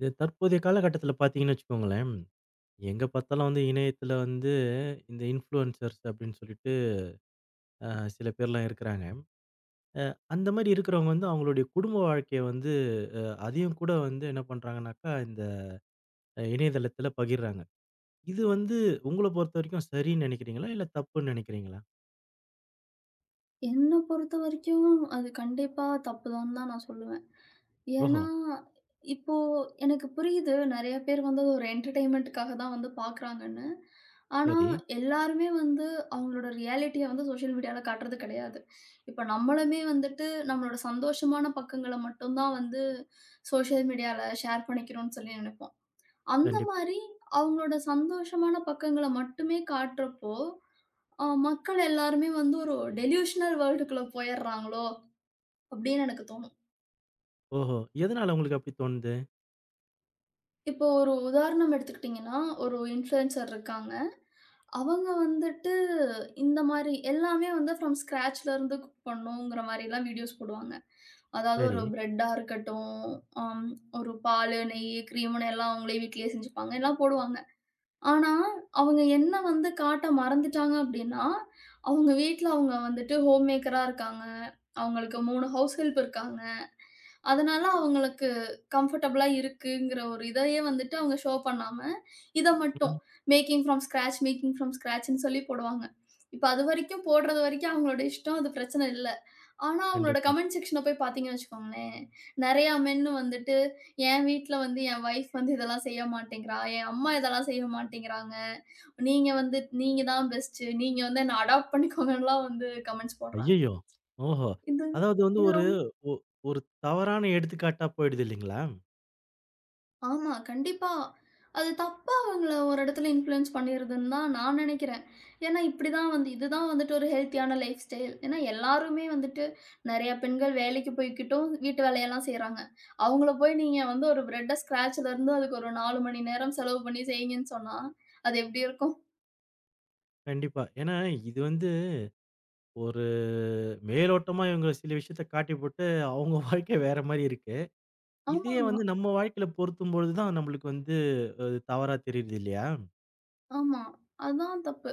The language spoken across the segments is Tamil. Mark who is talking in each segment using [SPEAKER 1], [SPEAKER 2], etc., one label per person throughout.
[SPEAKER 1] இது தற்போதைய காலகட்டத்தில பார்த்தீங்கன்னு வச்சுக்கோங்களேன், எங்க பார்த்தாலும் வந்து இணையத்தில வந்து இந்த இன்ஃப்ளூயன்சர்ஸ் அப்படின்னு சொல்லிட்டு அ சில பேர்லாம் இருக்கிறாங்க. அந்த மாரி இருக்கிறவங்க வந்து அவங்களுடைய குடும்ப வாழ்க்கைய வந்து அதையும் கூட வந்து என்ன பண்றாங்கனாக்கா, இந்த இணையதளத்தில பகிர்றாங்க. இது வந்து உங்கள பொறுத்த வரைக்கும் சரின்னு நினைக்கிறீங்களா? இல்ல தப்புன்னு நினைக்கிறீங்களா?
[SPEAKER 2] என்ன பொறுத்தவரைக்கும் அது கண்டிப்பா தப்புதான்னு தான் நான் சொல்லுவேன்.
[SPEAKER 1] ஓஹோ!
[SPEAKER 2] ஏன்னா, இப்போ எனக்கு புரியுது நெறைய பேர் வந்து அது ஒரு என்டர்டெயின்மென்ட்‌காக தான் வந்து பார்க்குறாங்கன்னு. ஆனா,
[SPEAKER 1] சரி.
[SPEAKER 2] எல்லாருமே வந்து அவங்களோட ரியாலிட்டிய வந்து சோஷியல் மீடியால காட்டுறது கிடையாது. இப்ப நம்மளுமே வந்துட்டு நம்மளோட சந்தோஷமான பக்கங்கள மட்டும் தான் வந்து சோஷியல் மீடியால ஷேர் பண்ணிக்கிறோம்னு சொல்லி நெனைப்போம். அந்த
[SPEAKER 1] கண்டிப்பா.
[SPEAKER 2] மாரி அவங்களோட சந்தோஷமான பக்கங்கள மட்டுமே காட்டுறப்போ மக்கள் எல்லாருமே வந்து ஒரு டெலியூஷனல் வேர்ல்டுக்குள்ள போயிர்றாங்களோ! அப்டின்னு எனக்கு தோணும்.
[SPEAKER 1] ஓஹோ! எதனால உங்களுக்கு அப்படி தோணுது?
[SPEAKER 2] இப்போ ஒரு உதாரணம் எடுத்துக்கிட்டீங்கன்னா, ஒரு இன்ஃப்ளூயன்சர் இருக்காங்க. அவங்க வந்துட்டு இந்த மாரி எல்லாமே வந்து ஃப்ரம் ஸ்க்ராட்ச்ல இருந்து குக் பண்ணுங்கிற மாரிலாம் வீடியோஸ் போடுவாங்க. அதாவது
[SPEAKER 1] சரி.
[SPEAKER 2] ஒரு பிரெட்டா இருக்கட்டும், அம் ஒரு பாலு, நெய்யி, கிரீம்னு எல்லாம் அவங்களே வீட்லயே செஞ்சுப்பாங்க. எல்லாம் போடுவாங்க. ஆனா, அவங்க என்ன வந்து காட்ட மறந்துட்டாங்க அப்டின்னா, அவங்க வீட்ல அவங்க வந்துட்டு ஹோம் மேக்கரா இருக்காங்க. அவங்களுக்கு 3 ஹவுஸ் ஹெல்ப் இருக்காங்க. அதனால அவங்களுக்கு கம்ஃபர்டபுளா இருக்குங்கிற ஒரு இதையே வந்துட்டு அவங்க ஷோ பண்ணாம, இத மட்டும்
[SPEAKER 1] ம்.
[SPEAKER 2] Making from scratch, making from ஸ்க்ராட்ச்ன்னு சொல்லி போடுவாங்க. இப்ப அதுவரைக்கும் போடுறது வரைக்கும் அவங்களோட இஷ்டம். அது பிரச்சனை இல்ல. ஆனா, அவங்களோட
[SPEAKER 1] கண்டிப்பா.
[SPEAKER 2] கமெண்ட் செக்ஷன போய் பார்த்தீங்கன்னு வச்சுக்கோங்களேன், நெறையா மென்னு வந்துட்டு, "என் வீட்ல வந்து என் வைஃப் வந்து இதெல்லாம் செய்ய மாட்டேங்கிறா. என் அம்மா இதெல்லாம் செய்ய மாட்டேங்கிறாங்க. நீங்க வந்து நீங்க தான் பெஸ்ட்டு. நீங்க வந்து என்ன அடாப்ட் பண்ணிக்கோங்கன்லாம்" வந்து கமெண்ட்ஸ் போடுறாங்க.
[SPEAKER 1] ஐயய்யோ! ஓஹோ!
[SPEAKER 2] இது
[SPEAKER 1] அதாவது வந்து
[SPEAKER 2] இது
[SPEAKER 1] ஒரு ஒ ஒரு தவறான எடுத்துக்காட்டா போயிடுது இல்லைங்களா?
[SPEAKER 2] ஆமா, கண்டிப்பா. அது தப்பா அவங்கள ஒரு இடத்துல இன்ஃப்ளூயன்ஸ் பண்ணிருதுன்னு தான் நான் நினைக்கிறேன். ஏன்னா, இப்படி தான் வந்து இதுதான் வந்துட்டு ஒரு ஹெல்த்தியான லைஃப் ஸ்டைல். ஏன்னா, எல்லாருமே வந்துட்டு நெறைய பெண்கள் வேலைக்கு போய்க்கிட்டும் வீட்டு வேலையெல்லாம் செய்றாங்க. அவங்கள போய் நீங்க வந்து ஒரு பிரெட்ட ஸ்க்ராட்ச்லேருந்து அதுக்கு ஒரு 4 மணி நேரம் செலவு பண்ணி செய்யுங்கன்னு சொன்னா, அது எப்படி இருக்கும்?
[SPEAKER 1] கண்டிப்பா. ஏன்னா, இது வந்து ஒரு மேலோட்டமா இவங்க சில விஷயத்த காட்டி போட்டு, அவங்க வாழ்க்கை வேற மாரி இருக்கு. இதே
[SPEAKER 2] ஆமாமா.
[SPEAKER 1] வந்து நம்ம வாழ்க்கையில பொருத்தும்பொழுது தான் நம்மளுக்கு வந்து அது தவறா தெரியுது இல்லையா?
[SPEAKER 2] ஆமா. அதான் தப்பு.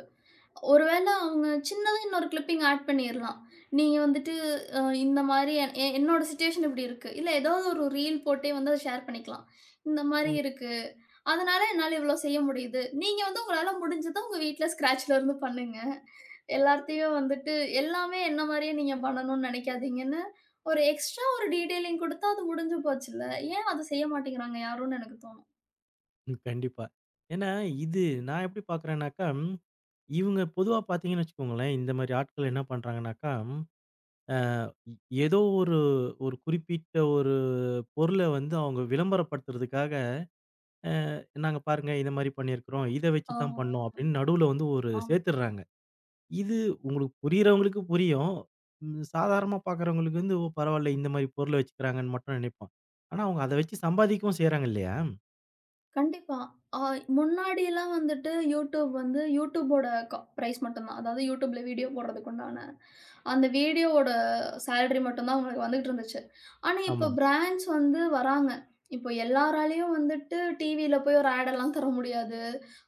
[SPEAKER 2] ஒருவேள அவங்க சின்னதா இன்னொரு கிளிப்பிங் ஆட் பண்ணிர்லாம். நீங்க வந்துட்டு இந்த மாரி என்னோட சிச்சுவேஷன் இப்படி இருக்கு. இல்ல ஏதாவது ஒரு ரீல் போட்டே வந்து அத ஷேர் பண்ணிக்கலாம். இந்த மாரி
[SPEAKER 1] ம்.
[SPEAKER 2] இருக்கு. அதனால என்னால இவ்வளோ செய்ய முடியுது. நீங்க வந்து உங்களால முடிஞ்சத உங்க வீட்ல ஸ்க்ராட்ச்ல இருந்து பண்ணுங்க. எல்லாத்தையும் வந்துட்டு எல்லாமே என்ன மாரியே நீங்க பண்ணணும்னு நெனைக்காதீங்கன்னு, ஒரு எக்ஸ்ட்ரா ஒரு டீட்டெயிலிங் குடுத்தா அது முடிஞ்சு போச்சுல்ல. ஏன் அத செய்ய மாட்டேங்கிறாங்க யாரும்னு எனக்கு தோணும்.
[SPEAKER 1] ம். கண்டிப்பா. ஏன்னா, இது நான் எப்படி பார்க்குறேன்னாக்கா, இவங்க பொதுவா பார்த்தீங்கன்னு வச்சுக்கோங்களேன், இந்த மாரி ஆட்கள் என்ன பண்றாங்கன்னாக்கா, அ ஏதோ ஒரு ஒரு குறிப்பிட்ட ஒரு பொருள வந்து அவங்க விளம்பரப்படுத்துறதுக்காக, "நாங்க பாருங்க இத மாரி பண்ணியிருக்கிறோம். இத வச்சு
[SPEAKER 2] ஆ.
[SPEAKER 1] தான் பண்ணோம்" அப்படின்னு நடுவுல வந்து ஒரு
[SPEAKER 2] ஆமா.
[SPEAKER 1] சேர்த்துடுறாங்க. இது உங்களுக்கு புரியிறவங்களுக்கு புரியும். சாதாரணமா பார்க்குறவங்களுக்கு வந்து, ஓ! பரவால்ல இந்த மாரி பொருள வச்சுக்கிறாங்கன்னு மட்டும் நினைப்போம். ஆனா, அவங்க அத வச்சு சம்பாதிக்கவும் செய்றாங்க இல்லையா?
[SPEAKER 2] கண்டிப்பா. அ முன்னாடிலாம் வந்துட்டு யூடியூப் வந்து யூடியூபோட க பிரைஸ் மட்டும் தான். அதாவது யூடியூப்ல வீடியோ போடுறதுக்கு உண்டான அந்த வீடியோவோட சேலரி மட்டும் தான் உங்களுக்கு வந்துகிட்டு இருந்துச்சு. ஆனா இப்போ
[SPEAKER 1] ஆமா.
[SPEAKER 2] பிராண்ட்ஸ் வந்து வராங்க. இப்போ எல்லாராலயும் வந்துட்டு டிவில போய் ஒரு ஆட் எல்லாம் தர முடியாது.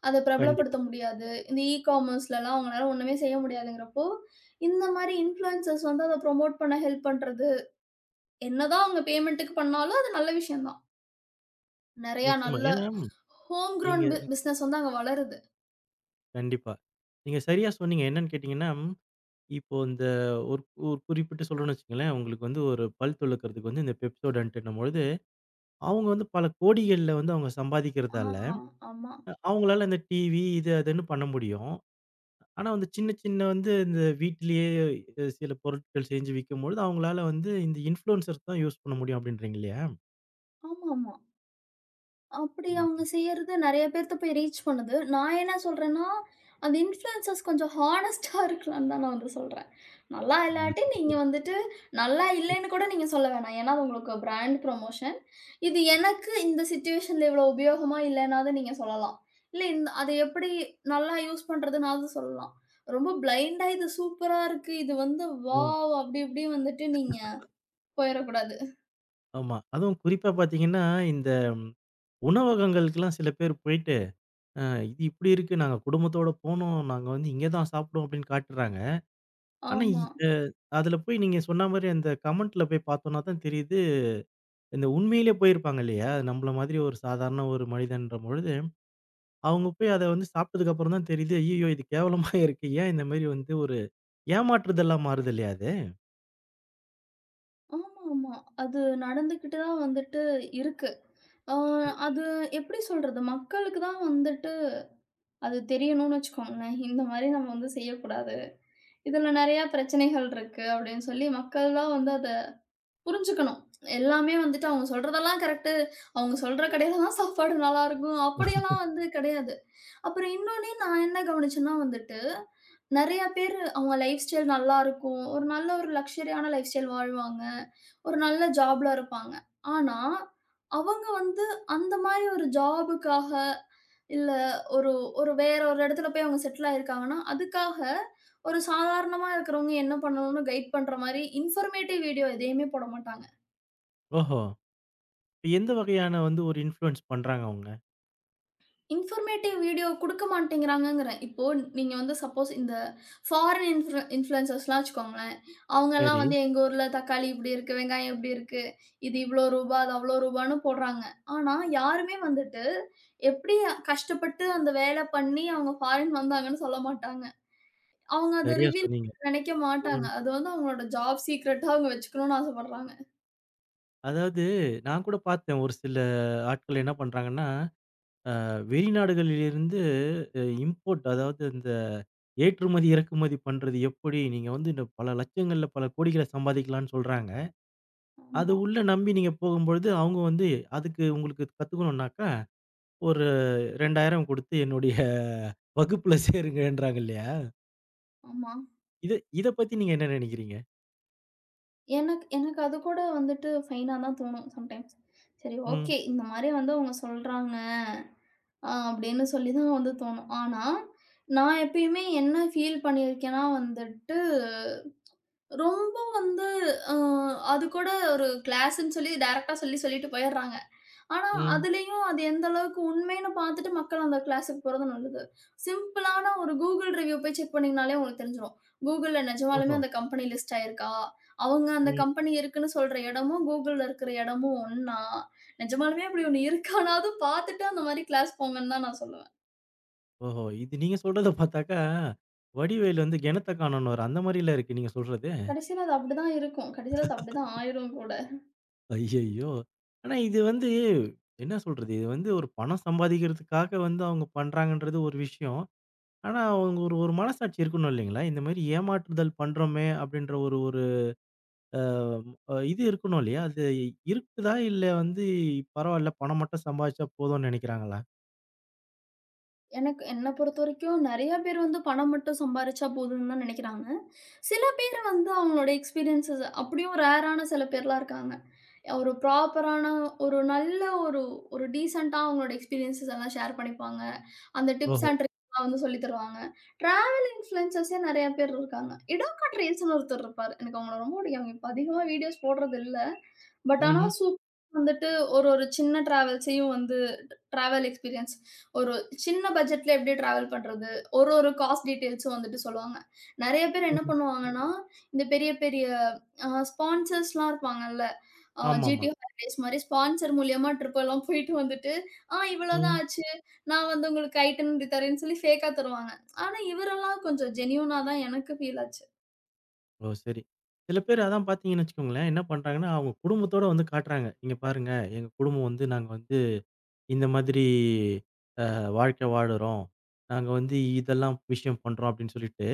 [SPEAKER 2] அத
[SPEAKER 1] கண்டிப்பா.
[SPEAKER 2] பிரபலப்படுத்த முடியாது. இந்த காமர்ஸ்லலாம் அவங்களால ஒண்ணுமே செய்ய முடியாதுங்கிறப்போ, இந்த மாரி இன்ஃப்ளூயன்சர்ஸ் வந்து அத புரமோட் பண்ண ஹெல்ப் பண்றது. என்னதான் அவங்க பேமெண்ட்டுக்கு பண்ணாலும் அது நல்ல விஷயம் தான். நெறையா
[SPEAKER 1] நிச்சயமா.
[SPEAKER 2] நல்ல
[SPEAKER 1] ஏன்னா,
[SPEAKER 2] ஹோம்
[SPEAKER 1] நீங்க
[SPEAKER 2] க்ரவுண்ட் பிசினஸ் வந்து அங்க வளருது.
[SPEAKER 1] கண்டிப்பா. நீங்க சரியா சொன்னீங்க. என்னன்னு கேட்டீங்கன்னா, இப்போ இந்த ஒரு ஒரு குறிப்பிட்டு சொல்றோம்ன்னு வச்சுக்கங்களேன், உங்களுக்கு வந்து ஒரு பல் துலக்கிறதுக்கு வந்து இந்த பெப்சோடன்ட்ன்னும் பொழுது, அவங்க வந்து பல கோடிகள்ல வந்து அவங்க
[SPEAKER 2] ஆ,
[SPEAKER 1] சம்பாதிக்கிறதால,
[SPEAKER 2] ஆமா.
[SPEAKER 1] அவங்களால இந்த டிவி இது அதுன்னு பண்ண முடியும். ஆனா வந்து சின்ன சின்ன வந்து இந்த வீட்டிலேயே சில பொருட்கள் செஞ்சு விக்கும்பொழுது, அவங்களால வந்து இந்த இன்ஃப்ளூயன்சர்ஸ் தான் யூஸ் பண்ண முடியும் அப்படின்றீங்க இல்லையா?
[SPEAKER 2] ஆமாமா. அப்படி அவங்க
[SPEAKER 1] ம்.
[SPEAKER 2] செய்யறது நெறைய பேர்த்த போய் ரீச் பண்ணுது. நான் என்ன சொல்றேன்னா, அந்த இன்ஃப்ளூயன்சர்ஸ் கொஞ்சம் ஹானஸ்ட்டா இருக்கலாம்ன்னு தான் நான் வந்து சொல்றேன். நல்லா
[SPEAKER 1] ஆ
[SPEAKER 2] இல்லாட்டி
[SPEAKER 1] சரி,
[SPEAKER 2] நீங்க
[SPEAKER 1] சரி.
[SPEAKER 2] வந்துட்டு நல்லா இல்லைன்னு கூட நீங்க சொல்ல வேணாம். ஏன்னா, அது உங்களுக்கு பிராண்ட் ப்ரமோஷன். இது எனக்கு இந்த சிச்சுவேஷன்ல இவ்வளோ உபயோகமா இல்லைன்னாவது நீங்க சொல்லலாம். இல்ல இந்த அத எப்படி நல்லா யூஸ் பண்றதுனாவது சொல்லலாம். ரொம்ப பிளைண்டா இது சூப்பரா இருக்கு. இது வந்து
[SPEAKER 1] ம்.
[SPEAKER 2] வாவ்! அப்படி இப்படி வந்துட்டு நீங்க போயிறக்கூடாது.
[SPEAKER 1] ஆமா. அதுவும் குறிப்பா பார்த்தீங்கன்னா, இந்த ம், உணவகங்களுக்கெல்லாம் சில பேர் போயிட்டு, "அ இது இப்படி இருக்கு. நாங்க குடும்பத்தோட போனோம். நாங்க வந்து இங்க தான் சாப்பிடுவோம்" அப்படின்னு காட்டுறாங்க. ஆனா இ
[SPEAKER 2] ஆமா.
[SPEAKER 1] அ அதில போய் நீங்க சொன்ன மாரி அந்த கமெண்ட்ல போய் பார்த்தோம்னா தான் தெரியுது, இந்த உண்மையிலேயே போயிருப்பாங்க இல்லையா? நம்மள மாதிரி ஒரு சாதாரண ஒரு மனிதன்ற பொழுது அவங்க போய் அத வந்து சாப்பிட்டதுக்கு அப்புறம் தான் தெரியுது, ஐய்யயோ! இது கேவலமா இருக்கு. ஏன் இந்த மாரி வந்து ஒரு ஏமாற்றுதலா மாறுது இல்லையா அது?
[SPEAKER 2] ஆமாமா. அது நடந்துக்கிட்டு தான் வந்துட்டு இருக்கு. அ
[SPEAKER 1] ம்.
[SPEAKER 2] அது எப்படி சொல்றது? மக்களுக்கு தான் வந்துட்டு அது தெரியணும்னு வச்சுக்கோங்களேன். இந்த மாரி நம்ம வந்து செய்யக்கூடாது. இதுல நெறையா பிரச்சனைகள் இருக்கு அப்படின்னு சொல்லி மக்கள்லாம் வந்து அத புரிஞ்சுக்கணும். எல்லாமே வந்துட்டு அவங்க சொல்றதெல்லாம் கரெக்ட்டு. அவங்க சொல்ற கடையில தான் சாப்பாடு நல்லாருக்கும். அப்படியெல்லாம் வந்து கிடையாது. அப்புறம் இன்னொன்னே நான் என்ன கவனிச்சேன்னா வந்துட்டு நெறையா பேரு அவங்க லைஃப் ஸ்டைல் நல்லாருக்கும். ஒரு நல்ல ஒரு லக்ஸரியான லைஃப் ஸ்டைல் வாழ்வாங்க. ஒரு நல்ல ஜாப்ல இருப்பாங்க. ஆனா, அவங்க வந்து அந்த மாரி ஒரு ஜாபுக்காக, இல்ல ஒரு ஒரு வேற ஒரு இடத்துல போய் அவங்க செட்டில் ஆயிருக்காங்கன்னா, அதுக்காக ஒரு சாதாரணமா இருக்கிறவங்க என்ன பண்ணணும்னு கைட் பண்ற மாரி இன்ஃபர்மேட்டிவ் வீடியோ எதையுமே போட மாட்டாங்க.
[SPEAKER 1] ஓஹோ! இப்ப எந்த வகையான வந்து ஒரு இன்ஃப்ளூயன்ஸ் பண்றாங்க அவங்க?
[SPEAKER 2] இன்ஃபர்மேட்டிவ் வீடியோ குடுக்க மாட்டேங்கிறாங்கங்கிறேன். இப்போ நீங்க வந்து சப்போஸ் இந்த ஃபாரின் இன்ஃப்ளூயன்சர்ஸ்லாம் வச்சுக்கோங்களேன். அவங்கலாம்
[SPEAKER 1] சரி.
[SPEAKER 2] வந்து எங்க ஊர்ல தக்காளி இப்டி இருக்கு, வெங்காயம் இப்டி இருக்கு, இது இவ்ளோ ரூபா, அது அவ்ளோ ரூபான்னு போடுறாங்க. ஆனா, யாருமே வந்துட்டு எப்டி கஷ்டப்பட்டு அந்த வேல பண்ணி அவங்க ஃபாரின் வந்தாங்கன்னு சொல்ல மாட்டாங்க. அவங்க அத
[SPEAKER 1] சரியா
[SPEAKER 2] ரிவீல்
[SPEAKER 1] சொன்னீங்க.
[SPEAKER 2] நெனைக்க மாட்டாங்க.
[SPEAKER 1] ம்.
[SPEAKER 2] அது வந்து அவங்களோட ஜாப் சீக்ரெட்டா அவங்க வச்சுக்கணும்னு ஆசைப்படுறாங்க.
[SPEAKER 1] அதாவது நான் கூட பார்த்தேன் ஒரு சில ஆட்கள் என்ன பண்றாங்கன்னா, வெளிநாடுகளிலிருந்து இம்போர்ட் அதாவது இந்த ஏற்றுமதி, இறக்குமதி பண்றது எப்படி? நீங்க வந்து இந்த பல லட்சங்கள்ல பல கோடிகள சம்பாதிக்கலாம்ன்னு சொல்றாங்க. அது
[SPEAKER 2] ஆமா,
[SPEAKER 1] உள்ள நம்பி நீங்க போகும்பொழுது, அவங்க வந்து அதுக்கு உங்களுக்கு கத்துக்கணும்னாக்கா ஒரு 2000 குடுத்து என்னுடைய வகுப்புல சேருங்கன்றாங்க இல்லையா?
[SPEAKER 2] ஆமா.
[SPEAKER 1] இது இத பத்தி நீங்க என்ன நினைக்கிறீங்க?
[SPEAKER 2] எனக்கு எனக்கு அது கூட வந்துட்டு ஃபைனா தான் தோணும் சம்டைம்ஸ். சரி
[SPEAKER 1] ம்,
[SPEAKER 2] ஓகே, இந்த மாரி வந்து அவங்க சொல்றாங்க, அப்படின்னு சொல்லி தான் வந்து தோணும். ஆனா, நான் எப்பயுமே என்ன ஃபீல் பண்ணியிருக்கேன்னா வந்துட்டு, ரொம்ப வந்து அ அது கூட ஒரு கிளாஸ்ன்னு சொல்லி டைரக்ட்டா சொல்லி சொல்லிட்டு போயிடுறாங்க. ஆனா,
[SPEAKER 1] ம்.
[SPEAKER 2] அதுலயும் அது எந்த அளவுக்கு உண்மைன்னு பார்த்துட்டு மக்கள் அந்த கிளாஸுக்கு போறது நல்லது. சிம்பிளான ஒரு Google ரிவ்யூ போய் செக் பண்ணீங்கனாலே உங்களுக்கு தெரிஞ்சிரும். Googleல நிஜமாலுமே
[SPEAKER 1] ஓஹோ!
[SPEAKER 2] அந்த கம்பெனி லிஸ்ட் ஆயிருக்கா? அவங்க அந்த
[SPEAKER 1] ம்.
[SPEAKER 2] கம்பெனி இருக்குன்னு சொல்ற இடமும், Googleல இருக்கிற இடமும் ஒண்ணா? நிஜமாலுமே அப்படி ஒண்ணு இருக்கானாவது பார்த்துட்டு அந்த மாரி கிளாஸ் போங்கன்னு தான் நான் சொல்லுவேன்.
[SPEAKER 1] ஓஹோ! இது நீங்க சொல்றத பார்த்தாக்கா, வடிவேலு வந்து கிணத்த காணோன்னுவாரு. அந்த மாரில இருக்கு நீங்க சொல்றது.
[SPEAKER 2] கடைசியில அது அப்படிதான் இருக்கும். கடைசியில அது அப்படிதான் ஆயிரும் கூட.
[SPEAKER 1] ஐய்யய்யோ! ஆனா இது வந்து என்ன சொல்றது? இது வந்து ஒரு பணம் சம்பாதிக்கிறதுக்காக வந்து அவங்க பண்றாங்கன்றது ஒரு விஷயம். ஆனா அவங்க ஒரு ஒரு மனசாட்சி இருக்கணும் இல்லைங்களா? இந்த மாரி ஏமாற்றுதல் பண்றோமே! அப்படின்ற ஒரு ஒரு அம், அ இது இருக்கணும் இல்லையா? அது இருக்குதா? இல்ல வந்து பரவால்ல பணம் மட்டும் சம்பாதிச்சா போதும்ன்னு நெனைக்கிறாங்களா?
[SPEAKER 2] எனக்கு என்ன பொறுத்தவரைக்கும் நெறைய பேர் வந்து பணம் மட்டும் சம்பாரிச்சா போதும்ன்னு தான் நெனைக்கிறாங்க. சில பேர் வந்து அவங்களோட எக்ஸ்பீரியன்ஸஸ் அப்படியும் ரேரான சில பேர்லாம் இருக்காங்க. ஒரு ப்ராப்பரான ஒரு நல்ல ஒரு ஒரு டீசென்ட்டா அவங்களோட எக்ஸ்பீரியன்ஸஸ் எல்லாம் ஷேர் பண்ணிப்பாங்க. அந்த டிப்ஸ்
[SPEAKER 1] ஓஹோ!
[SPEAKER 2] அண்ட் ட்ரிக்ஸ்லாம் வந்து சொல்லி தருவாங்க. டிராவல் இன்ஃப்ளூயன்சர்ஸே நெறைய பேர் இருக்காங்க. இடோக்கட் ரேஸ்ன்னு ஒருத்தர் இருப்பாரு. எனக்கு அவங்கள ரொம்ப பிடிக்கும். அவங்க இப்ப அதிகமா வீடியோஸ் போடுறது இல்ல. பட் ஆனா
[SPEAKER 1] ம்ஹ்ம்,
[SPEAKER 2] சூப்பரா வந்துட்டு ஒரு ஒரு சின்ன டிராவல்ஸையும் வந்து டிராவல் எக்ஸ்பீரியன்ஸ் ஒரு சின்ன பட்ஜெட்ல எப்படி டிராவல் பண்றது? ஒரு ஒரு காஸ்ட் டீட்டெயில்ஸும் வந்துட்டு சொல்லுவாங்க. நெறைய பேர் என்ன
[SPEAKER 1] ம்ஹ்ம்.
[SPEAKER 2] பண்ணுவாங்கன்னா, இந்த பெரிய பெரிய ஸ்பான்சர்ஸ்லாம் இருப்பாங்கல்ல.
[SPEAKER 1] ஆமாமா.
[SPEAKER 2] ஜிடி ஹாலிடேஸ் மாரி ஸ்பான்சர் மூலியமா ட்ரிப் எல்லாம் போயிட்டு வந்துட்டு, "ஆ இவ்வளோதான்
[SPEAKER 1] ம்.
[SPEAKER 2] ஆச்சு. நான் வந்து உங்களுக்கு ஐட்டன் இப்படி தரேன்னு" சொல்லி ஃபேக்கா தருவாங்க. ஆனா இவரெல்லாம் கொஞ்சம் ஜென்யூனா தான் எனக்கு ஃபீல் ஆச்சு.
[SPEAKER 1] ஓ! சரி. சில பேர் அதான் பார்த்தீங்கன்னு வச்சுக்கோங்களேன், என்ன பண்றாங்கன்னா, அவங்க குடும்பத்தோட வந்து காட்டுறாங்க. "இங்க பாருங்க, எங்க குடும்பம் வந்து நாங்க வந்து இந்த மாதிரி அ வாழ்க்கை வாழுறோம். நாங்க வந்து இதெல்லாம் விஷயம் பண்றோம்" அப்படின்னு சொல்லிட்டு.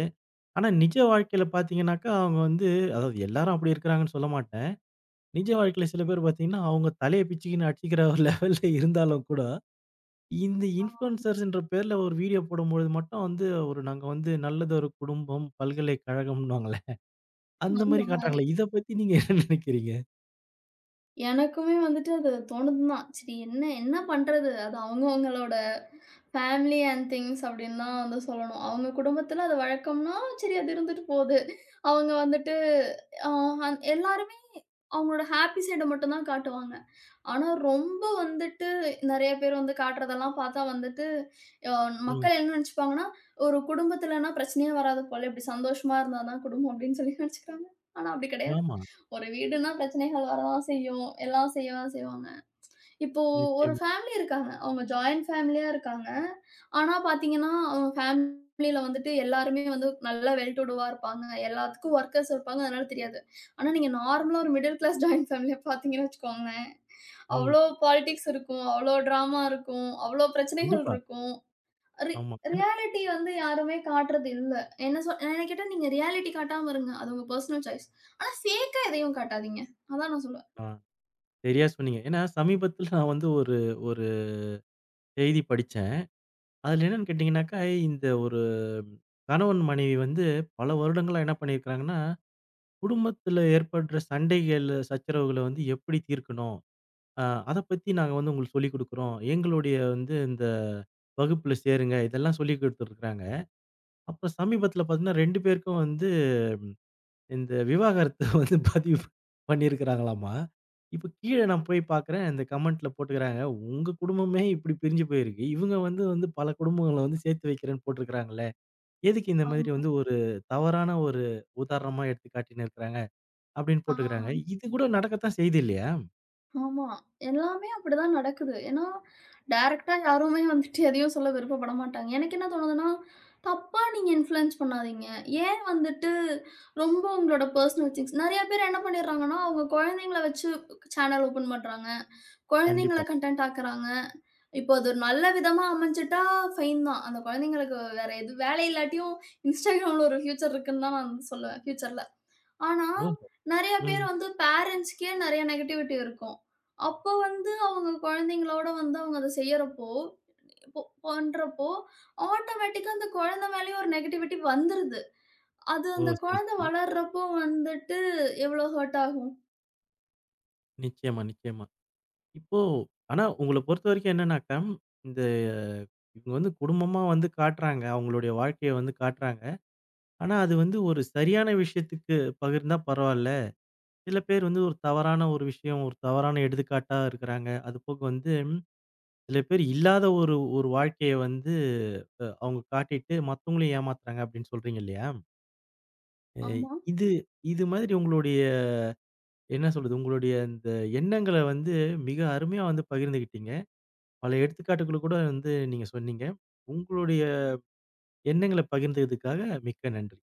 [SPEAKER 1] ஆனா நிஜ வாழ்க்கையில பார்த்தீங்கன்னாக்கா, அவங்க வந்து அதாவது எல்லாரும் அப்படி இருக்கிறாங்கன்னு சொல்ல மாட்டேன். நிஜ வாழ்க்கையில சில பேர் பார்த்தீங்கன்னா, அவங்க தலைய பிச்சுக்கின்னு அடிச்சுக்கிற ஒரு லெவல்ல இருந்தாலும் கூட, இந்த
[SPEAKER 2] ஆ.
[SPEAKER 1] இன்ஃப்ளூயன்சர்ஸ்ன்ற பேர்ல ஒரு வீடியோ போடும்பொழுது மட்டும் வந்து, ஒரு நாங்க வந்து நல்லது ஒரு குடும்பம், பல்கலைக்கழகம்ன்னுவாங்களே, அந்த
[SPEAKER 2] அந்த
[SPEAKER 1] மாரி
[SPEAKER 2] மாரி.
[SPEAKER 1] காட்டுறாங்களே. இத பத்தி நீங்க என்ன நினைக்கிறீங்க?
[SPEAKER 2] எனக்குமே வந்துட்டு அது தோணுது தான். சரி என்ன என்ன பண்றது? அது அவங்கவங்களோட ஃபேமிலி அண்ட் திங்ஸ் அப்படின்னு தான் வந்து சொல்லணும். அவங்க குடும்பத்தில அது வழக்கம்னா, சரி அது இருந்துட்டு போது. அவங்க வந்துட்டு அ அந் எல்லாருமே அவங்களோட ஹாப்பி சைட மட்டும் தான் காட்டுவாங்க. ஆனா ரொம்ப வந்துட்டு நெறைய பேர் வந்து காட்டுறதெல்லாம் பார்த்தா வந்துட்டு, அ
[SPEAKER 1] ம்.
[SPEAKER 2] மக்கள் என்ன நெனச்சுப்பாங்கன்னா, ஒரு குடும்பத்திலன்னா பிரச்சனையே வராது போல, இப்படி சந்தோஷமா இருந்தா தான் குடும்பம் அப்படின்னு சொல்லி நெனச்சுக்கிறாங்க. ஆனா அப்படி கெடையாது.
[SPEAKER 1] ஆமா.
[SPEAKER 2] ஒரு வீடுன்னா பிரச்சனைகள் வரதான் செய்யும். எல்லாம் செய்ய தான் செய்வாங்க. இப்போ ஒரு
[SPEAKER 1] நிச்சயமா.
[SPEAKER 2] ஃபேமிலி இருக்காங்க. அவங்க ஜாயிண்ட் ஃபேமிலியா இருக்காங்க. ஆனா பார்த்தீங்கன்னா, அவங்க ஃபேமிலில வந்துட்டு எல்லாருமே வந்து நல்லா வெல் டு டூவா இருப்பாங்க. எல்லாத்துக்கும் ஒர்க்கர்ஸ் இருப்பாங்க. அதனால தெரியாது. ஆனா நீங்க நார்மலா ஒரு மிடில் கிளாஸ் ஜாயிண்ட் ஃபேமிலிய பார்த்தீங்கன்னு வச்சுக்கோங்களேன்,
[SPEAKER 1] ம்.
[SPEAKER 2] அவ்ளோ பாலிடிக்ஸ் இருக்கும். அவ்ளோ ட்ராமா இருக்கும். அவ்ளோ பிரச்சனைகள்
[SPEAKER 1] கண்டிப்பா.
[SPEAKER 2] இருக்கும். ரி
[SPEAKER 1] ஆமா. ஏன்னா
[SPEAKER 2] ரியாலிட்டி வந்து யாருமே காட்டுறது இல்ல. என்ன சொ என்ன கேட்டா நீங்க ரியாலிட்டி காட்டாம இருங்க. அது உங்க பெர்சனல் சாய்ஸ். ஆனா ஃபேக்கா எதையும் காட்டாதீங்க. அதான் நான் சொல்லுவேன்.
[SPEAKER 1] ஆ சரியா சொன்னீங்க. ஏன்னா சமீபத்தில நான் வந்து ஒரு ஒரு செய்தி படிச்சேன். அதில என்னன்னு கேட்டீங்கன்னாக்கா, இந்த ஒரு கணவன், மனைவி வந்து பல வருடங்களா என்ன பண்ணியிருக்கிறாங்கன்னா குடும்பத்துல ஏற்படுற சண்டைகள், சச்சரவுகள வந்து எப்படி தீர்க்கணும்? அ அத பத்தி நாங்க வந்து உங்களுக்கு சொல்லிக் குடுக்குறோம். எங்களுடைய வந்து இந்த வகுப்புல சேருங்க. இதெல்லாம் சொல்லிக் குடுத்துருக்காங்க. அப்புறம் சமீபத்துல பார்த்தீங்கன்னா, 2 பேருக்கும் வந்து இந்த விவாகரத்த வந்து பதிவு பண்ணியிருக்கிறாங்களாமா. இப்ப கீழ நான் போய் பார்க்குறேன். இந்த கமெண்ட்ல போட்டுக்கிறாங்க. உங்க குடும்பமே இப்படி பிரிஞ்சு போயிருக்கு. இவங்க வந்து வந்து பல குடும்பங்கள வந்து சேர்த்து வைக்கிறேன்னு போட்டிருக்கிறாங்களே. எதுக்கு இந்த மாதிரி
[SPEAKER 2] ஆமா.
[SPEAKER 1] வந்து ஒரு தவறான ஒரு உதாரணமா எடுத்து காட்டின்னு இருக்கிறாங்க? அப்படின்னு
[SPEAKER 2] ஆ.
[SPEAKER 1] போட்டுக்கிறாங்க. இது கூட நடக்கத்தான் செய்யுது இல்லையா?
[SPEAKER 2] ஆமா. எல்லாமே அப்படிதான் நடக்குது. ஏன்னா, டைரக்ட்டா யாருமே வந்துட்டு எதையும் சொல்ல விருப்பப்பட மாட்டாங்க. எனக்கு என்ன தோணுதுன்னா, தப்பா நீங்க இன்ஃப்ளூயன்ஸ் பண்ணாதீங்க. ஏன் வந்துட்டு ரொம்ப உங்களோட பர்சனல் திங்ஸ் நெறைய பேர் என்ன பண்ணிடுறாங்கன்னா, அவங்க குழந்தைங்கள வச்சு சேனல் ஓப்பன் பண்றாங்க. குழந்தைங்கள
[SPEAKER 1] கண்டிப்பா.
[SPEAKER 2] கன்டென்ட் ஆக்குறாங்க. இப்போ அது ஒரு நல்ல விதமா அமைஞ்சுட்டா ஃபைன் தான். அந்த குழந்தைங்களுக்கு வேற எது வேலை இல்லாட்டியும் Instagramல ஒரு ஃபியூச்சர் இருக்குன்னு தான் நான் வந்து சொல்லுவேன், ஃபியூச்சர்ல. ஆனா,
[SPEAKER 1] ஓஹோ!
[SPEAKER 2] நெறைய பேர்
[SPEAKER 1] ம்.
[SPEAKER 2] வந்து பேரண்ட்ஸ்க்கே நெறைய நெகட்டிவிட்டி இருக்கும். அப்போ வந்து அவங்க குழந்தைங்களோட வந்து அவங்க அத செய்யறப்போ, இப்போ பண்றப்போ, ஆட்டோமேட்டிக்கா அந்த குழந்தை மேலயும் ஒரு நெகட்டிவிட்டி வந்துருது. அது
[SPEAKER 1] ஓ!
[SPEAKER 2] அந்த
[SPEAKER 1] சரி,
[SPEAKER 2] குழந்தை
[SPEAKER 1] சரி.
[SPEAKER 2] வளர்றப்போ வந்துட்டு எவ்வளோ ஹர்ட் ஆகும்?
[SPEAKER 1] நிச்சயமா, நிச்சயமா. இப்போ ஆனா உங்கள பொறுத்தவரைக்கும் என்னன்னாக்கா, இந்த இவங்க வந்து குடும்பமா வந்து காட்டுறாங்க. அவங்களுடைய வாழ்க்கைய வந்து காட்டுறாங்க. ஆனா அது வந்து ஒரு சரியான விஷயத்துக்கு பகிர்ந்தா பரவால்ல. சில பேர் வந்து ஒரு தவறான ஒரு விஷயம், ஒரு தவறான எடுத்துக்காட்டா இருக்கிறாங்க. அதுபோக வந்து சில பேர் இல்லாத ஒரு ஒரு வாழ்க்கைய வந்து அவங்க காட்டிட்டு மத்தவங்களையும் ஏமாத்துறாங்க அப்படின்னு சொல்றீங்க இல்லையா? அ
[SPEAKER 2] ஆமா.
[SPEAKER 1] இது இது மாதிரி உங்களுடைய என்ன சொல்றது? உங்களுடைய இந்த எண்ணங்கள வந்து மிக அருமையா வந்து பகிர்ந்துகிட்டீங்க. பல எடுத்துக்காட்டுகள கூட வந்து நீங்க சொன்னீங்க. உங்களுடைய எண்ணங்கள பகிர்ந்ததுக்காக மிக்க நன்றி.